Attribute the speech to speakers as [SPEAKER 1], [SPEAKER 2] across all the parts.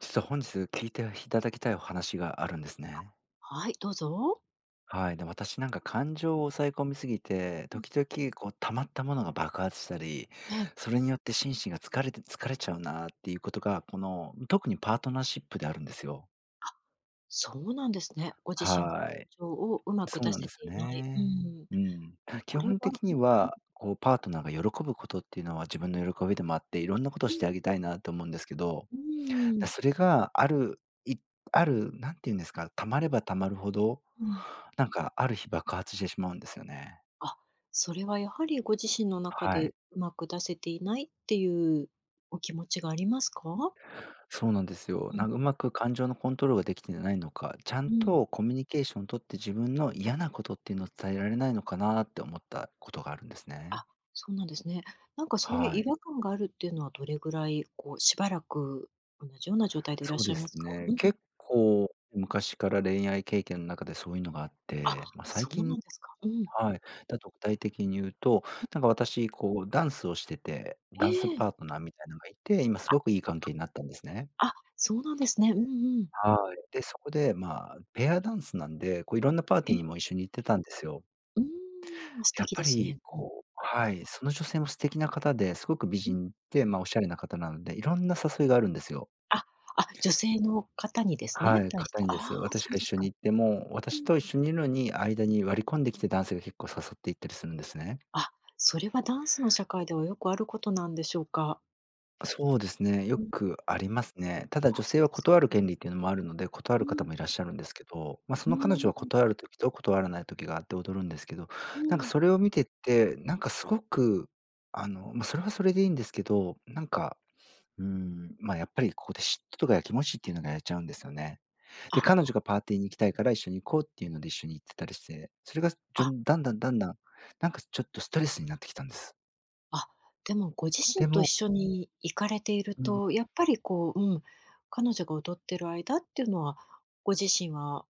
[SPEAKER 1] 実は本日聞いていただきたいお話があるんですね。
[SPEAKER 2] はい、どうぞ。
[SPEAKER 1] はい。で、私なんか感情を抑え込みすぎて、
[SPEAKER 2] うん。
[SPEAKER 1] 時々こう溜まったものが爆発したり、
[SPEAKER 2] ええ、
[SPEAKER 1] それによって心身が疲れちゃうなっていうことが、この、特にパートナーシップであるんですよ。
[SPEAKER 2] そうなんですね。ご自身の感
[SPEAKER 1] はい。
[SPEAKER 2] 情をうまく
[SPEAKER 1] そう
[SPEAKER 2] 出
[SPEAKER 1] な
[SPEAKER 2] せ
[SPEAKER 1] ん
[SPEAKER 2] て
[SPEAKER 1] ですよ
[SPEAKER 2] いない。う
[SPEAKER 1] ね。
[SPEAKER 2] ん。
[SPEAKER 1] うん。基
[SPEAKER 2] これ
[SPEAKER 1] 本
[SPEAKER 2] はう
[SPEAKER 1] 的に
[SPEAKER 2] んうん、
[SPEAKER 1] は、こうパートナーが喜ぶことっていうのは自分の喜びでもあって、いろんなことを
[SPEAKER 2] え
[SPEAKER 1] し
[SPEAKER 2] え、
[SPEAKER 1] てあげたいなと思うんですけど
[SPEAKER 2] うん、
[SPEAKER 1] それがあるいある、なんて言うんですか、溜まれば溜まるほど、
[SPEAKER 2] うん。
[SPEAKER 1] なんかある日爆発してしまうんですよね。
[SPEAKER 2] あ、それはやはりご自身の中
[SPEAKER 1] は
[SPEAKER 2] で
[SPEAKER 1] い。
[SPEAKER 2] うまく出せていないっていうお気持ちがありますか？
[SPEAKER 1] そうなんですよ。
[SPEAKER 2] うん、
[SPEAKER 1] なんかうまく感情のコントロールができてないのか、ちゃ
[SPEAKER 2] う
[SPEAKER 1] ん
[SPEAKER 2] ん。
[SPEAKER 1] とコミュニケーションを取って自分の嫌なことっていうのを伝えられないのかなって思ったことがあるんです
[SPEAKER 2] あ、
[SPEAKER 1] ね。
[SPEAKER 2] そうなんですね。なんかそういう
[SPEAKER 1] は
[SPEAKER 2] 違
[SPEAKER 1] い。
[SPEAKER 2] 和感があるっていうのはどれぐらい、こう、しばらく同じような状態でいらっ
[SPEAKER 1] そう
[SPEAKER 2] しゃ
[SPEAKER 1] で
[SPEAKER 2] いま
[SPEAKER 1] す
[SPEAKER 2] すか？う
[SPEAKER 1] ね。
[SPEAKER 2] ん。
[SPEAKER 1] 結構昔から恋愛経験の中でそういうのがあっ
[SPEAKER 2] あ、
[SPEAKER 1] て、まあ、最
[SPEAKER 2] そう
[SPEAKER 1] 近
[SPEAKER 2] なんですか。うん。
[SPEAKER 1] はい。だと具体的に言うと、なんか私、こうダンスをしてて、
[SPEAKER 2] え
[SPEAKER 1] ダンス
[SPEAKER 2] え。
[SPEAKER 1] パートナーみたいなのがいて、今すごくいい関係になったんですね。
[SPEAKER 2] あ、そうなんですね。うんうん。
[SPEAKER 1] はい。で、そこで、まあ、ペアダンスなんで、こういろんなパーティー
[SPEAKER 2] え、
[SPEAKER 1] にも一緒に行ってたんですよ。
[SPEAKER 2] うーん、素
[SPEAKER 1] やっ
[SPEAKER 2] 敵
[SPEAKER 1] ぱ
[SPEAKER 2] ですね。
[SPEAKER 1] り、
[SPEAKER 2] うん、
[SPEAKER 1] こうはい、その女性も素敵な方で、すごく美
[SPEAKER 2] うん。
[SPEAKER 1] 人で、まあ、おしゃれな方なので、いろんな誘いがあるんですよ。
[SPEAKER 2] あ、あ、女性の方にです
[SPEAKER 1] は
[SPEAKER 2] ね？
[SPEAKER 1] い、
[SPEAKER 2] 対し
[SPEAKER 1] 方
[SPEAKER 2] て。あ
[SPEAKER 1] で
[SPEAKER 2] あ、
[SPEAKER 1] す。
[SPEAKER 2] そ
[SPEAKER 1] 私
[SPEAKER 2] う
[SPEAKER 1] が一
[SPEAKER 2] です
[SPEAKER 1] 緒に
[SPEAKER 2] か。
[SPEAKER 1] 行っても、
[SPEAKER 2] う
[SPEAKER 1] 私
[SPEAKER 2] ん。
[SPEAKER 1] と一緒にいるのに、間に割り込んできて男性が結構誘っていったりするんですね。
[SPEAKER 2] あ、それはダンスの社会ではよくあることなんでしょうか？
[SPEAKER 1] そうですね、よ
[SPEAKER 2] うん。
[SPEAKER 1] くありますね。た
[SPEAKER 2] あ、
[SPEAKER 1] だ女
[SPEAKER 2] そ
[SPEAKER 1] 性
[SPEAKER 2] う
[SPEAKER 1] は
[SPEAKER 2] ですか。
[SPEAKER 1] 断る権利っていうのもあるので、断
[SPEAKER 2] う
[SPEAKER 1] る方
[SPEAKER 2] ん。
[SPEAKER 1] もいらっしゃるんですけど、まあ、そ
[SPEAKER 2] う
[SPEAKER 1] の彼女
[SPEAKER 2] ー
[SPEAKER 1] は
[SPEAKER 2] ん、
[SPEAKER 1] 断る時と断らない時があって踊るんですけど、
[SPEAKER 2] う
[SPEAKER 1] なんか
[SPEAKER 2] ん。
[SPEAKER 1] それを見てって、なんかすごく、あの、まあ、それはそれでいいんですけど、なんか、うん、ま、やっぱりここで嫉妬とかやきもちっていうのがやっちゃうんですよね。で、
[SPEAKER 2] あ、
[SPEAKER 1] 彼女がパーティーに行きたいから一緒に行こうっていうので一緒に行ってたりして、それが
[SPEAKER 2] あ、
[SPEAKER 1] だんだんだんだん、なんかちょっとストレスになってきたんです。
[SPEAKER 2] あ、でもご自
[SPEAKER 1] で
[SPEAKER 2] 身と一
[SPEAKER 1] も
[SPEAKER 2] 緒に行かれていると、やっぱりこう、うん、彼女が踊ってる間っていうのは、ご自身は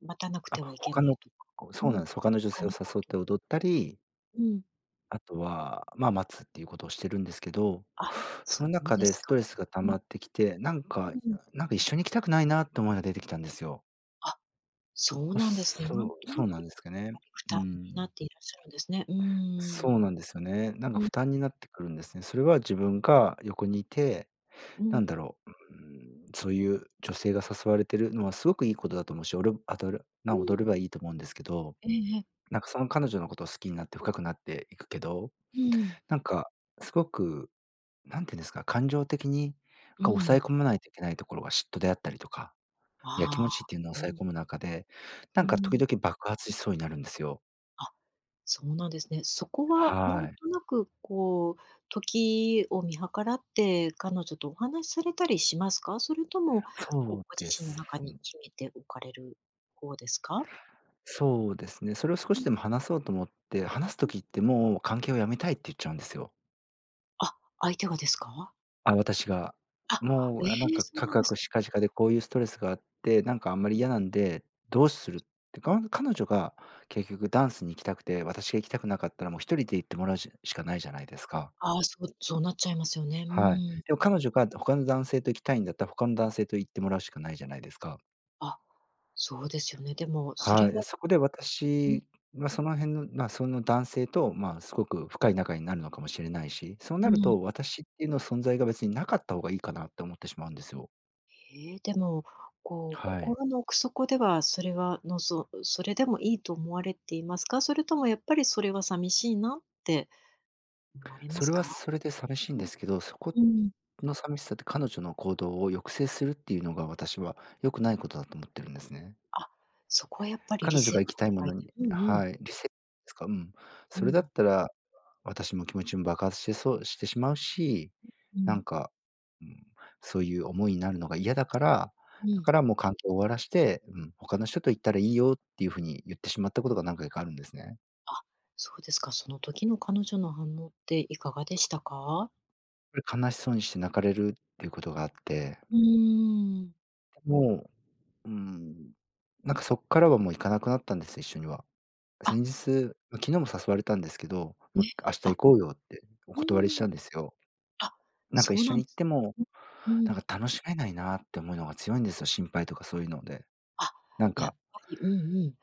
[SPEAKER 2] 待たなく
[SPEAKER 1] あ、
[SPEAKER 2] てはいけな
[SPEAKER 1] 他
[SPEAKER 2] い
[SPEAKER 1] の
[SPEAKER 2] とか、
[SPEAKER 1] こう
[SPEAKER 2] う
[SPEAKER 1] そうな
[SPEAKER 2] ん、
[SPEAKER 1] んです。他の女
[SPEAKER 2] 他
[SPEAKER 1] 性を
[SPEAKER 2] のパ
[SPEAKER 1] 誘っ
[SPEAKER 2] ートナ
[SPEAKER 1] て
[SPEAKER 2] ー
[SPEAKER 1] 踊ったり、
[SPEAKER 2] うん、
[SPEAKER 1] あとは、まあ、待つっていうことをしてるんですけど、
[SPEAKER 2] あ、
[SPEAKER 1] そ
[SPEAKER 2] そ
[SPEAKER 1] の
[SPEAKER 2] う
[SPEAKER 1] 中
[SPEAKER 2] で
[SPEAKER 1] で
[SPEAKER 2] す
[SPEAKER 1] ス
[SPEAKER 2] か。
[SPEAKER 1] トレスが溜
[SPEAKER 2] うん。
[SPEAKER 1] まってきて、なんか
[SPEAKER 2] うん。
[SPEAKER 1] なんか一緒に行きたくないなって思いが出てきたんですよ。
[SPEAKER 2] あ、そう
[SPEAKER 1] ま、
[SPEAKER 2] なんですね。なん
[SPEAKER 1] そう
[SPEAKER 2] とな
[SPEAKER 1] そう
[SPEAKER 2] く、
[SPEAKER 1] なん
[SPEAKER 2] やっ
[SPEAKER 1] ですかね。
[SPEAKER 2] ぱり負
[SPEAKER 1] う
[SPEAKER 2] 担にな
[SPEAKER 1] ん。
[SPEAKER 2] っていらっしゃるんですね。うー
[SPEAKER 1] そうな
[SPEAKER 2] ん。
[SPEAKER 1] んですよね。なん
[SPEAKER 2] う
[SPEAKER 1] か
[SPEAKER 2] ん、
[SPEAKER 1] 負担になってくるんですね。それは自分が横にいて、
[SPEAKER 2] う
[SPEAKER 1] なん
[SPEAKER 2] ん、
[SPEAKER 1] だろう、うーん、そういう女性が誘われてるのはすごくいいことだと思うし、おるあどる
[SPEAKER 2] う
[SPEAKER 1] な踊
[SPEAKER 2] ん。
[SPEAKER 1] ればいいと思うんですけど
[SPEAKER 2] ええええ。
[SPEAKER 1] なんかその彼女のことを好きになって深くなっていくけど、
[SPEAKER 2] うん。
[SPEAKER 1] なんかすごく、なんていうんですか、感情的にな
[SPEAKER 2] う
[SPEAKER 1] んか抑
[SPEAKER 2] ん。
[SPEAKER 1] え込まないといけないところが嫉妬であったりとか、や
[SPEAKER 2] あ
[SPEAKER 1] きも
[SPEAKER 2] あ。
[SPEAKER 1] ちっていうのを
[SPEAKER 2] う
[SPEAKER 1] 抑え
[SPEAKER 2] ん、
[SPEAKER 1] 込む中で、な
[SPEAKER 2] う
[SPEAKER 1] んか時
[SPEAKER 2] ん。
[SPEAKER 1] 々爆発しそうになるんですよ。
[SPEAKER 2] あ、そうなんですね。そこはなん
[SPEAKER 1] はい。
[SPEAKER 2] となくこう、時を見計らって、彼女とお話しされたりしますか？それとも、こう、
[SPEAKER 1] そう
[SPEAKER 2] ご自
[SPEAKER 1] で
[SPEAKER 2] 身の
[SPEAKER 1] す
[SPEAKER 2] 中に
[SPEAKER 1] ね。
[SPEAKER 2] 秘めておかれる方ですか？
[SPEAKER 1] そうですね。それを少
[SPEAKER 2] う
[SPEAKER 1] し
[SPEAKER 2] ん。
[SPEAKER 1] でも話そうと思って、話す時ってもう関係をやめたいって言っちゃうんですよ。
[SPEAKER 2] あ、相手がですか？
[SPEAKER 1] あ、私が。
[SPEAKER 2] あ、
[SPEAKER 1] も
[SPEAKER 2] え
[SPEAKER 1] う、あ、なん
[SPEAKER 2] え、
[SPEAKER 1] か
[SPEAKER 2] そう
[SPEAKER 1] カ
[SPEAKER 2] な
[SPEAKER 1] ク
[SPEAKER 2] んで
[SPEAKER 1] カ
[SPEAKER 2] す
[SPEAKER 1] ク
[SPEAKER 2] か。
[SPEAKER 1] しかじかでこういうストレスがあって、なんかあんまり嫌なんで、どうするって、彼女が結局ダンスに行きたくて、私が行きたくなかったらもう一人で行ってもらうしかないじゃないですか。
[SPEAKER 2] ああ、そう、そうなっちゃいますよね。う
[SPEAKER 1] はい。
[SPEAKER 2] ん。
[SPEAKER 1] でも彼女が他の男性と行きたいんだったら、他の男性と行ってもらうしかないじゃないですか。
[SPEAKER 2] あ、そうですよね。でも、それ
[SPEAKER 1] はい。
[SPEAKER 2] は
[SPEAKER 1] そこで
[SPEAKER 2] うん、
[SPEAKER 1] 私はその辺の、ま、その男性と、まあ、すごく深い仲になるのかもしれないし、そう
[SPEAKER 2] う
[SPEAKER 1] なる
[SPEAKER 2] ん。
[SPEAKER 1] と、私っていうの存在が別になかった方がいいかなって思ってしまうんですよ。
[SPEAKER 2] ええ、でも、こう、
[SPEAKER 1] はい。
[SPEAKER 2] 心の奥底では、それはそれでもいいと思われていますか？それともやっぱりそれは寂しいなって思われま
[SPEAKER 1] そ
[SPEAKER 2] す
[SPEAKER 1] れは
[SPEAKER 2] か？
[SPEAKER 1] それで寂しいん
[SPEAKER 2] う
[SPEAKER 1] で
[SPEAKER 2] ん、
[SPEAKER 1] すけど、そこ
[SPEAKER 2] うん。
[SPEAKER 1] の寂しさって彼女の行動を抑制するっていうのが、私は良くないことだと思ってるんですね。
[SPEAKER 2] あ、そこはやっぱり理
[SPEAKER 1] 彼女
[SPEAKER 2] 性
[SPEAKER 1] が
[SPEAKER 2] が
[SPEAKER 1] 行きたいも
[SPEAKER 2] 働
[SPEAKER 1] の
[SPEAKER 2] いて
[SPEAKER 1] に
[SPEAKER 2] るうんうん。
[SPEAKER 1] はい、リセットですか、うん。
[SPEAKER 2] う
[SPEAKER 1] それだっ
[SPEAKER 2] ん、
[SPEAKER 1] たら、私も気持ちも爆発してそうしてしまうし、
[SPEAKER 2] う
[SPEAKER 1] な
[SPEAKER 2] ん、
[SPEAKER 1] んか、うん、そういう思いになるのが嫌だから、
[SPEAKER 2] う
[SPEAKER 1] だ
[SPEAKER 2] ん。
[SPEAKER 1] からもう関係を終わらして、うん、他の人と行ったらいいよっていう風に言ってしまったことが何回かあるんですね。
[SPEAKER 2] あ、そうですか。その時の彼女の反応っていかがでしたか？
[SPEAKER 1] やっぱり悲しそうにして泣かれるっていうことがあって、
[SPEAKER 2] うーん。
[SPEAKER 1] もう、うんなんかそっからはもう行かなくなったんです、一緒には。
[SPEAKER 2] あ、
[SPEAKER 1] 先日、ま、昨日も誘われたんですけど、
[SPEAKER 2] ね、
[SPEAKER 1] ま、明日
[SPEAKER 2] あ、
[SPEAKER 1] 行こうよってお
[SPEAKER 2] う
[SPEAKER 1] 断り
[SPEAKER 2] ー
[SPEAKER 1] した
[SPEAKER 2] ん。
[SPEAKER 1] んですよ。
[SPEAKER 2] あ、
[SPEAKER 1] なんか一
[SPEAKER 2] そう
[SPEAKER 1] 緒
[SPEAKER 2] なん
[SPEAKER 1] に行
[SPEAKER 2] で
[SPEAKER 1] っ
[SPEAKER 2] す
[SPEAKER 1] ても、
[SPEAKER 2] ね。うん、うん。
[SPEAKER 1] なんか楽しめないなって思うのが強いんですよ、心配とかそういうので。
[SPEAKER 2] あ、
[SPEAKER 1] なん
[SPEAKER 2] やっ
[SPEAKER 1] か
[SPEAKER 2] ぱり、うんうん。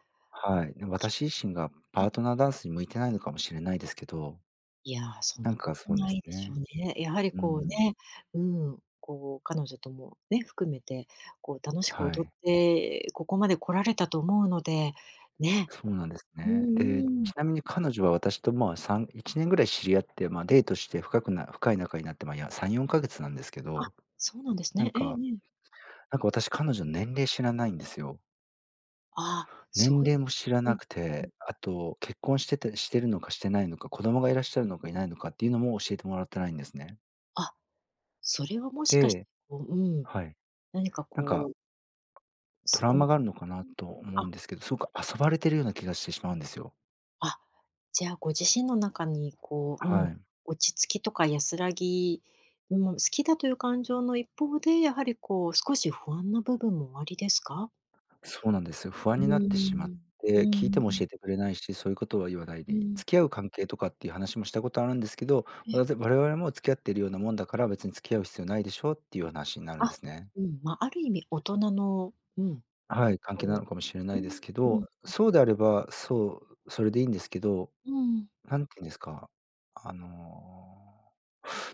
[SPEAKER 2] あ
[SPEAKER 1] は
[SPEAKER 2] の、
[SPEAKER 1] い、
[SPEAKER 2] 気
[SPEAKER 1] 私
[SPEAKER 2] が
[SPEAKER 1] 自身が
[SPEAKER 2] うん。
[SPEAKER 1] パートナーダンスに向いてないのかもしれないですけど、
[SPEAKER 2] いや、そん
[SPEAKER 1] な
[SPEAKER 2] な
[SPEAKER 1] ん
[SPEAKER 2] こ
[SPEAKER 1] か
[SPEAKER 2] と
[SPEAKER 1] そうで
[SPEAKER 2] な
[SPEAKER 1] す
[SPEAKER 2] いでしょう
[SPEAKER 1] ね。
[SPEAKER 2] ね。やはり
[SPEAKER 1] う
[SPEAKER 2] こう
[SPEAKER 1] ん。
[SPEAKER 2] ね、うん、こう彼女ともね、含めて、こう楽しく
[SPEAKER 1] は
[SPEAKER 2] 踊っ
[SPEAKER 1] い。
[SPEAKER 2] て、ここまで来られたと思うので、ね。
[SPEAKER 1] そうなんです
[SPEAKER 2] うん
[SPEAKER 1] ね。で、
[SPEAKER 2] うん。
[SPEAKER 1] ちなみに彼女は私とまあ、3、1年ぐらい知り合って、ま、デートして深い仲になって、ま、いや、3、4ヶ月なんですけ
[SPEAKER 2] あ、
[SPEAKER 1] ど
[SPEAKER 2] そうなんです
[SPEAKER 1] な
[SPEAKER 2] ね。
[SPEAKER 1] ん
[SPEAKER 2] えええ
[SPEAKER 1] か
[SPEAKER 2] え。
[SPEAKER 1] なんか私、彼女年齢知らないんですよ。
[SPEAKER 2] あそ
[SPEAKER 1] 年
[SPEAKER 2] うい
[SPEAKER 1] 齢も知ら
[SPEAKER 2] う
[SPEAKER 1] な
[SPEAKER 2] ん、
[SPEAKER 1] く
[SPEAKER 2] うん。
[SPEAKER 1] て、あと結婚してるのかしてないのか、子供がいらっしゃるのかいないのかっていうのも教えてもらってないんですね。
[SPEAKER 2] あ、それはもしかして、
[SPEAKER 1] で
[SPEAKER 2] こううん、
[SPEAKER 1] はい。
[SPEAKER 2] 何か
[SPEAKER 1] なんか
[SPEAKER 2] こう、
[SPEAKER 1] ト
[SPEAKER 2] そ
[SPEAKER 1] ラウ
[SPEAKER 2] こ
[SPEAKER 1] マがあるのかな
[SPEAKER 2] うん、
[SPEAKER 1] と思
[SPEAKER 2] あ
[SPEAKER 1] うんですけど、すごく遊ばれてるような気がしてしまうんですよ。
[SPEAKER 2] あ、じゃあ、ご自身の中にこう、う
[SPEAKER 1] は
[SPEAKER 2] ん、
[SPEAKER 1] い。
[SPEAKER 2] 落ち着きとか安らぎも好きだという感情の一方で、やはりこう少し不安な部分もおありですか？
[SPEAKER 1] そうなんですよ。不
[SPEAKER 2] う
[SPEAKER 1] 安になっ
[SPEAKER 2] ー
[SPEAKER 1] てしまっ
[SPEAKER 2] ん、う
[SPEAKER 1] て、聞いて
[SPEAKER 2] ー
[SPEAKER 1] も教
[SPEAKER 2] ん、
[SPEAKER 1] えてくれないし、そういうことは言わない
[SPEAKER 2] う
[SPEAKER 1] で
[SPEAKER 2] ー
[SPEAKER 1] いい。
[SPEAKER 2] ん、
[SPEAKER 1] 付き合う関係とかっていう話もしたことあるんですけど、
[SPEAKER 2] え、
[SPEAKER 1] 我々も付き合ってるようなもんだから、別に付き合う必要ないでしょっていう話になるんで
[SPEAKER 2] あ、
[SPEAKER 1] すね。
[SPEAKER 2] うん、ま、ある意味大人の、うん、
[SPEAKER 1] はい、関
[SPEAKER 2] こ
[SPEAKER 1] 係なのかもしれな
[SPEAKER 2] う、う
[SPEAKER 1] いです
[SPEAKER 2] ん
[SPEAKER 1] け
[SPEAKER 2] う
[SPEAKER 1] ど、
[SPEAKER 2] ん、
[SPEAKER 1] そうであれば、そう、それでいいんですけど、
[SPEAKER 2] うん、
[SPEAKER 1] なんていうんですか、あの、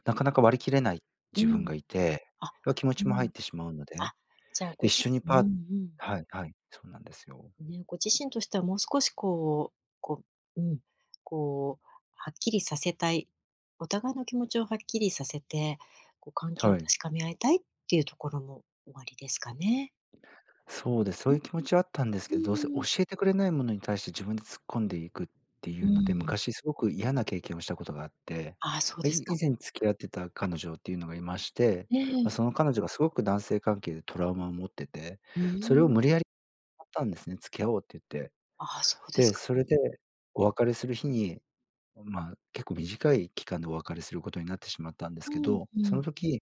[SPEAKER 1] なかなか割り切れない
[SPEAKER 2] う
[SPEAKER 1] 自分
[SPEAKER 2] ん、
[SPEAKER 1] がいて、
[SPEAKER 2] あ、
[SPEAKER 1] 気持
[SPEAKER 2] う
[SPEAKER 1] ちも入
[SPEAKER 2] ん、
[SPEAKER 1] ってしまうので、
[SPEAKER 2] あ、じゃあご
[SPEAKER 1] で、一
[SPEAKER 2] 自
[SPEAKER 1] 緒に
[SPEAKER 2] 身
[SPEAKER 1] パー
[SPEAKER 2] うんうん。
[SPEAKER 1] はいはい、そうなんですよ。
[SPEAKER 2] ね、ご自身としてはもう少しこう、こう、うん、こう、はっきりさせたい、お互いの気持ちをはっきりさせて、こう関係を
[SPEAKER 1] は
[SPEAKER 2] 確
[SPEAKER 1] い。
[SPEAKER 2] かめ合いたいっていうところもおありですかね？
[SPEAKER 1] そうです。そ
[SPEAKER 2] う
[SPEAKER 1] うい
[SPEAKER 2] ん
[SPEAKER 1] う気持ちはあったんです
[SPEAKER 2] う
[SPEAKER 1] けど、どうせ
[SPEAKER 2] ん、う
[SPEAKER 1] 教
[SPEAKER 2] ん。
[SPEAKER 1] えてくれないものに対して自分で突っ込んでいくってい
[SPEAKER 2] う
[SPEAKER 1] うので、
[SPEAKER 2] ん。
[SPEAKER 1] 昔すごく嫌な経験をしたことがあって、
[SPEAKER 2] ああ、そう
[SPEAKER 1] ま、
[SPEAKER 2] で
[SPEAKER 1] い
[SPEAKER 2] すか。
[SPEAKER 1] 以前付き合ってた彼女っていうのがいまして、
[SPEAKER 2] え
[SPEAKER 1] ま、
[SPEAKER 2] え。
[SPEAKER 1] その彼女がすごく男性関係でトラウマを持ってて、
[SPEAKER 2] う
[SPEAKER 1] それを
[SPEAKER 2] ん。
[SPEAKER 1] 無理やり買ったんですね、「付き合おう」って言って。
[SPEAKER 2] ああ、そうです
[SPEAKER 1] で、
[SPEAKER 2] か。
[SPEAKER 1] そ
[SPEAKER 2] う
[SPEAKER 1] れ
[SPEAKER 2] ん、
[SPEAKER 1] でお別れする日に、ま、結構短い期間でお別れすることになってしまったんです
[SPEAKER 2] う
[SPEAKER 1] けど、その
[SPEAKER 2] ん、
[SPEAKER 1] 時、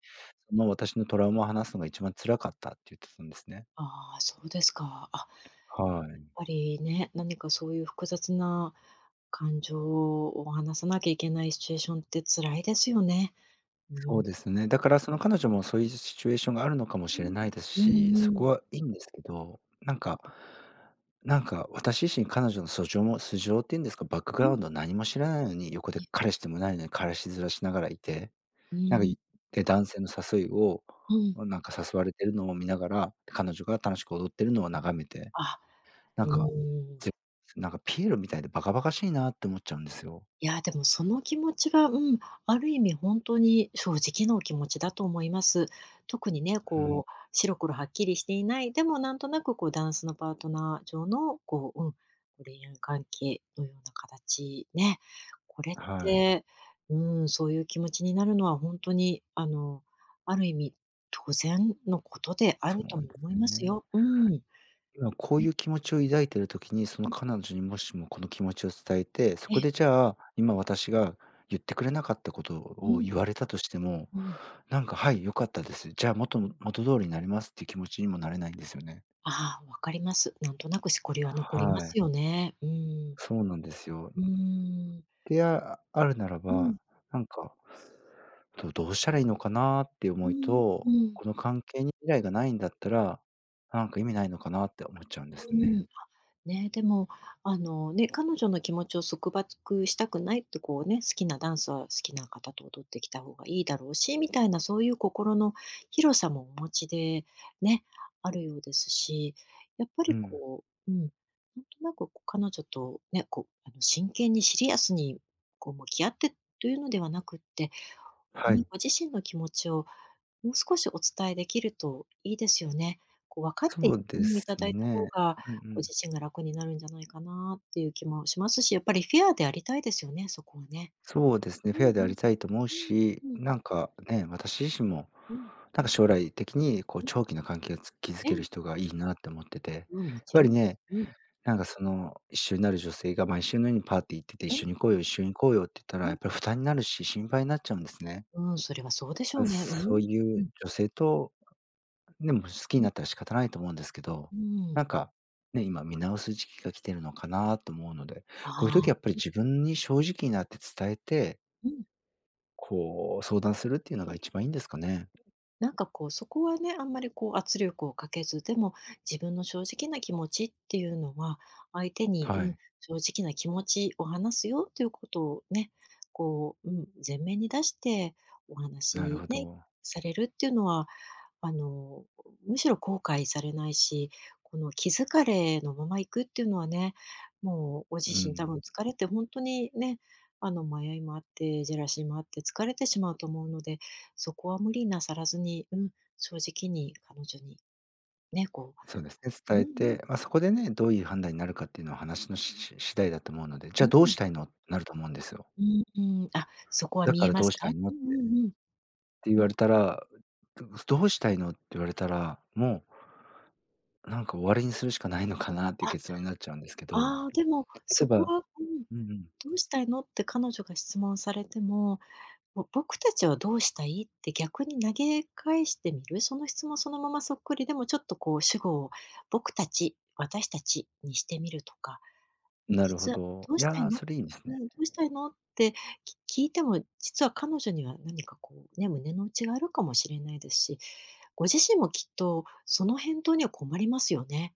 [SPEAKER 1] その私のトラウマを話すのが一番辛かったって言ってたんですね。
[SPEAKER 2] ああ、そうですか。あ、やっ
[SPEAKER 1] はい。
[SPEAKER 2] ぱりね、何かそういう複雑な感情を話さなきゃいけないシチュエーションって辛いですよね。う
[SPEAKER 1] そ
[SPEAKER 2] ん。
[SPEAKER 1] うですね。だからその彼女もそういうシチュエーションがあるのかも
[SPEAKER 2] う
[SPEAKER 1] しれ
[SPEAKER 2] ん。
[SPEAKER 1] ないです
[SPEAKER 2] う
[SPEAKER 1] し、
[SPEAKER 2] んう
[SPEAKER 1] そこ
[SPEAKER 2] ん。
[SPEAKER 1] はいいんですけど、なんか、なんか私自身彼女の素性も素性っていうんですか、バックグ
[SPEAKER 2] う
[SPEAKER 1] ラウ
[SPEAKER 2] ん。
[SPEAKER 1] ンド何も知らないのに、横で
[SPEAKER 2] え、
[SPEAKER 1] 彼氏でもないのに彼氏面しながらいて、
[SPEAKER 2] う
[SPEAKER 1] なんか
[SPEAKER 2] ん、
[SPEAKER 1] で、男性の誘いを、
[SPEAKER 2] うん。
[SPEAKER 1] なんか誘われてるのを見ながら、彼女が楽しく踊ってるのを眺めて、
[SPEAKER 2] あ、
[SPEAKER 1] な
[SPEAKER 2] う
[SPEAKER 1] んか、
[SPEAKER 2] ーん。
[SPEAKER 1] ぜなんかピエロみたいでバカバカしいなって思っちゃうんですよ。
[SPEAKER 2] いや、でもその気持ちは、うん、ある意味ほんとに正直なお気持ちだと思います。特にね、
[SPEAKER 1] うん、
[SPEAKER 2] こう、白黒はっきりしていない、でもなんとなくこうダンスのパートナー上の、こう、うん、恋愛関係のような形ね。これっ
[SPEAKER 1] はい。
[SPEAKER 2] て、うん、そういう気持ちになるのはほんとに、あの、ある意味当然のことであ
[SPEAKER 1] そ
[SPEAKER 2] る
[SPEAKER 1] うな
[SPEAKER 2] と
[SPEAKER 1] んで
[SPEAKER 2] も思
[SPEAKER 1] す
[SPEAKER 2] います
[SPEAKER 1] ね。
[SPEAKER 2] よ。うん。
[SPEAKER 1] 今こういう気持ちを抱いてる時に、その彼女にもしもこの気持ちを伝えて、そ
[SPEAKER 2] え
[SPEAKER 1] こ
[SPEAKER 2] え、
[SPEAKER 1] でじゃあ、今私が言ってくれなかったこと
[SPEAKER 2] う
[SPEAKER 1] を
[SPEAKER 2] ん、
[SPEAKER 1] 言われたとしても、
[SPEAKER 2] うん。
[SPEAKER 1] なんか、はい、良かったです。じゃあ元通りになりますっていう気持ちにもなれないんですよね。
[SPEAKER 2] ああ、わかります。なんとなくしこりは残りま
[SPEAKER 1] はい、
[SPEAKER 2] すよね。うん。
[SPEAKER 1] そうなんですよ。
[SPEAKER 2] うーん。
[SPEAKER 1] で、あるなら
[SPEAKER 2] う
[SPEAKER 1] ば、
[SPEAKER 2] ん、
[SPEAKER 1] なんか、どうしたらいいのかなっていう
[SPEAKER 2] う
[SPEAKER 1] 思い
[SPEAKER 2] ん、う
[SPEAKER 1] と、
[SPEAKER 2] ん、
[SPEAKER 1] この関係に未来がないんだったら、なんか意味ないのかなって思っちゃうんで
[SPEAKER 2] う
[SPEAKER 1] すね。
[SPEAKER 2] ん。ね、でも、あのね、彼女の気持ちを束縛したくないって、こうね、好きなダンスは好きな方と踊ってきた方がいいだろうし、みたいなそういう心の広さもお持ちでね、あるようですし、やっぱ
[SPEAKER 1] う
[SPEAKER 2] り
[SPEAKER 1] ん。
[SPEAKER 2] こう、うん、なんとなくこう彼女とね、こう、あの真剣にシリアスにこう向き合ってというのではなくって、
[SPEAKER 1] は
[SPEAKER 2] ね、
[SPEAKER 1] い。
[SPEAKER 2] ご自身の気持ちをもう少しお伝えできるといいですよね。こう分かって
[SPEAKER 1] そう
[SPEAKER 2] う
[SPEAKER 1] で
[SPEAKER 2] ん、い
[SPEAKER 1] す
[SPEAKER 2] ただいた方
[SPEAKER 1] ね。
[SPEAKER 2] が、
[SPEAKER 1] うんう
[SPEAKER 2] ご
[SPEAKER 1] ん。
[SPEAKER 2] 自身が楽になるんじゃないかなっていう気もしますし、やっぱりフェアでありたいですよね、そこはね。
[SPEAKER 1] そうですね、
[SPEAKER 2] うん
[SPEAKER 1] フェアであ
[SPEAKER 2] うん、
[SPEAKER 1] りたいと思う
[SPEAKER 2] う
[SPEAKER 1] し、
[SPEAKER 2] ん、うん、
[SPEAKER 1] なんかね、私自身も、
[SPEAKER 2] うん、
[SPEAKER 1] なんか将来的にこう
[SPEAKER 2] うん。
[SPEAKER 1] 長期の関係を築
[SPEAKER 2] え
[SPEAKER 1] ける
[SPEAKER 2] え、
[SPEAKER 1] 人がいいなって思ってて、やっ
[SPEAKER 2] うん、もち
[SPEAKER 1] ぱ
[SPEAKER 2] ろ
[SPEAKER 1] り
[SPEAKER 2] んです。
[SPEAKER 1] ね、
[SPEAKER 2] うん。
[SPEAKER 1] なんかその一緒になる女性が毎週のようにパーティー行ってて、一緒に
[SPEAKER 2] え、
[SPEAKER 1] 行こうよ、一緒に行こうよって言ったら、
[SPEAKER 2] う
[SPEAKER 1] や
[SPEAKER 2] ん。
[SPEAKER 1] っぱり負担になるし、心配になっちゃうんですね。
[SPEAKER 2] うん、それはそうでしょ
[SPEAKER 1] あ、
[SPEAKER 2] うね。う
[SPEAKER 1] そう
[SPEAKER 2] ん、う
[SPEAKER 1] い
[SPEAKER 2] ん、
[SPEAKER 1] う女性とでも好きに
[SPEAKER 2] う
[SPEAKER 1] なったら仕方ないと思うんですけど、
[SPEAKER 2] ん、う
[SPEAKER 1] な
[SPEAKER 2] ん。
[SPEAKER 1] んか、ね、今見直す時期が来てるのかなと思うので、
[SPEAKER 2] あ
[SPEAKER 1] こういう時や
[SPEAKER 2] あ、
[SPEAKER 1] っぱり自分に正直になって伝えて、
[SPEAKER 2] うん。
[SPEAKER 1] こう相談するっていうのが一番いいんですかね。
[SPEAKER 2] なんかこう、そこはね、あんまりこう圧力をかけず、でも自分の正直な気持ちっていうのは、相手に、
[SPEAKER 1] は
[SPEAKER 2] うん、
[SPEAKER 1] い、
[SPEAKER 2] 正直な気持ちを話すよということをね、こう、うん、前面に出してお
[SPEAKER 1] なる
[SPEAKER 2] 話
[SPEAKER 1] ほ
[SPEAKER 2] ね、
[SPEAKER 1] ど。
[SPEAKER 2] されるっていうのはあの、むしろ後悔されないし、この気疲れのまま行くっていうのはね、もうご自
[SPEAKER 1] う
[SPEAKER 2] 身多分
[SPEAKER 1] ん、
[SPEAKER 2] 疲れて本当にね、あの、迷いもあって、ジェラシーもあって疲れてしまうと思うので、そこは無理なさらずに、うん、正直に彼女にね、こ
[SPEAKER 1] そうですね、
[SPEAKER 2] ううん
[SPEAKER 1] 伝
[SPEAKER 2] う
[SPEAKER 1] え
[SPEAKER 2] ん、
[SPEAKER 1] て、まあ、そこでね、どういう判断になるかっていうのは話のし次第だと思うので、じ
[SPEAKER 2] う
[SPEAKER 1] ゃあどうし
[SPEAKER 2] ん、
[SPEAKER 1] たいのってなると思うんですよ。
[SPEAKER 2] うん、うん、あ、そこは
[SPEAKER 1] だ
[SPEAKER 2] 見
[SPEAKER 1] か
[SPEAKER 2] え
[SPEAKER 1] ら
[SPEAKER 2] ま
[SPEAKER 1] ど
[SPEAKER 2] す
[SPEAKER 1] うし
[SPEAKER 2] か？
[SPEAKER 1] たいの
[SPEAKER 2] う
[SPEAKER 1] っ
[SPEAKER 2] ん
[SPEAKER 1] て、
[SPEAKER 2] う
[SPEAKER 1] っ
[SPEAKER 2] んうん、
[SPEAKER 1] て言
[SPEAKER 2] う
[SPEAKER 1] わ
[SPEAKER 2] ん。
[SPEAKER 1] れたら、どどうしたいのって言われたら、もうなんか終わりにするしかないのかなっていう
[SPEAKER 2] あ、
[SPEAKER 1] 結論になっちゃうんですけど。
[SPEAKER 2] ああでも、
[SPEAKER 1] 例
[SPEAKER 2] そ
[SPEAKER 1] え
[SPEAKER 2] こ
[SPEAKER 1] ば
[SPEAKER 2] はうん、
[SPEAKER 1] うんうん。
[SPEAKER 2] どうしたいのって彼女が質問されても、もう僕たちはどうしたいって逆に投げ返してみる。その質問そのままそっくりでもちょっとこう主語を僕たち、私たちにしてみるとか、
[SPEAKER 1] なるほ
[SPEAKER 2] 実は
[SPEAKER 1] ど。
[SPEAKER 2] どう
[SPEAKER 1] い
[SPEAKER 2] したい
[SPEAKER 1] や、
[SPEAKER 2] の
[SPEAKER 1] それいいです
[SPEAKER 2] ね、
[SPEAKER 1] ね。
[SPEAKER 2] どうしたいのって聞いても、実は彼女には何かこうね、胸の内があるかもしれないですし、ご自身もきっとその返答には困りますよね。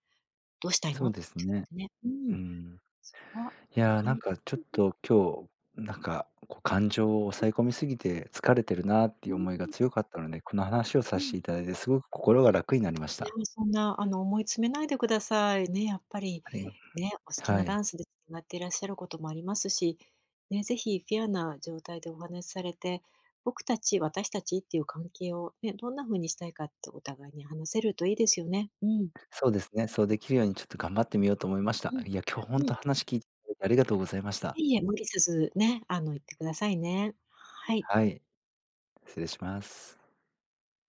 [SPEAKER 2] どうしたい
[SPEAKER 1] そ
[SPEAKER 2] のっ
[SPEAKER 1] う
[SPEAKER 2] て
[SPEAKER 1] ですね。
[SPEAKER 2] 言われてね。う
[SPEAKER 1] う
[SPEAKER 2] ん。
[SPEAKER 1] ん。
[SPEAKER 2] そこは、
[SPEAKER 1] いや、
[SPEAKER 2] かん
[SPEAKER 1] な
[SPEAKER 2] う
[SPEAKER 1] ん
[SPEAKER 2] ん
[SPEAKER 1] かちょっと今日、なんか、こう感情を抑え込みすぎて疲れてるなって
[SPEAKER 2] う
[SPEAKER 1] いう
[SPEAKER 2] ん
[SPEAKER 1] 思いが強かったので、この話を
[SPEAKER 2] う
[SPEAKER 1] させて
[SPEAKER 2] ん。
[SPEAKER 1] いただいてすごく心が楽になりまし
[SPEAKER 2] いや、
[SPEAKER 1] た。
[SPEAKER 2] そんな、あの、思い詰めないでください。ね、やっぱり、
[SPEAKER 1] あり
[SPEAKER 2] ね、お好き
[SPEAKER 1] は
[SPEAKER 2] な
[SPEAKER 1] い。
[SPEAKER 2] ダンスでつながっていらっしゃることもありますし、ね、ぜひフェアな状態でお話しされて、僕たち、私たちっていう関係を、ね、どんな風にしたいかってお互いに話せるといいですよね。うん、
[SPEAKER 1] そうですね、そうできるようにちょっと頑張ってみようと思いました。
[SPEAKER 2] うん、
[SPEAKER 1] いや、今日ほん
[SPEAKER 2] うん。
[SPEAKER 1] と話聞いていただいてありがとうございました。
[SPEAKER 2] いえいえ、無理せずね、あの、言ってくださいね。はい。
[SPEAKER 1] はい、失礼します。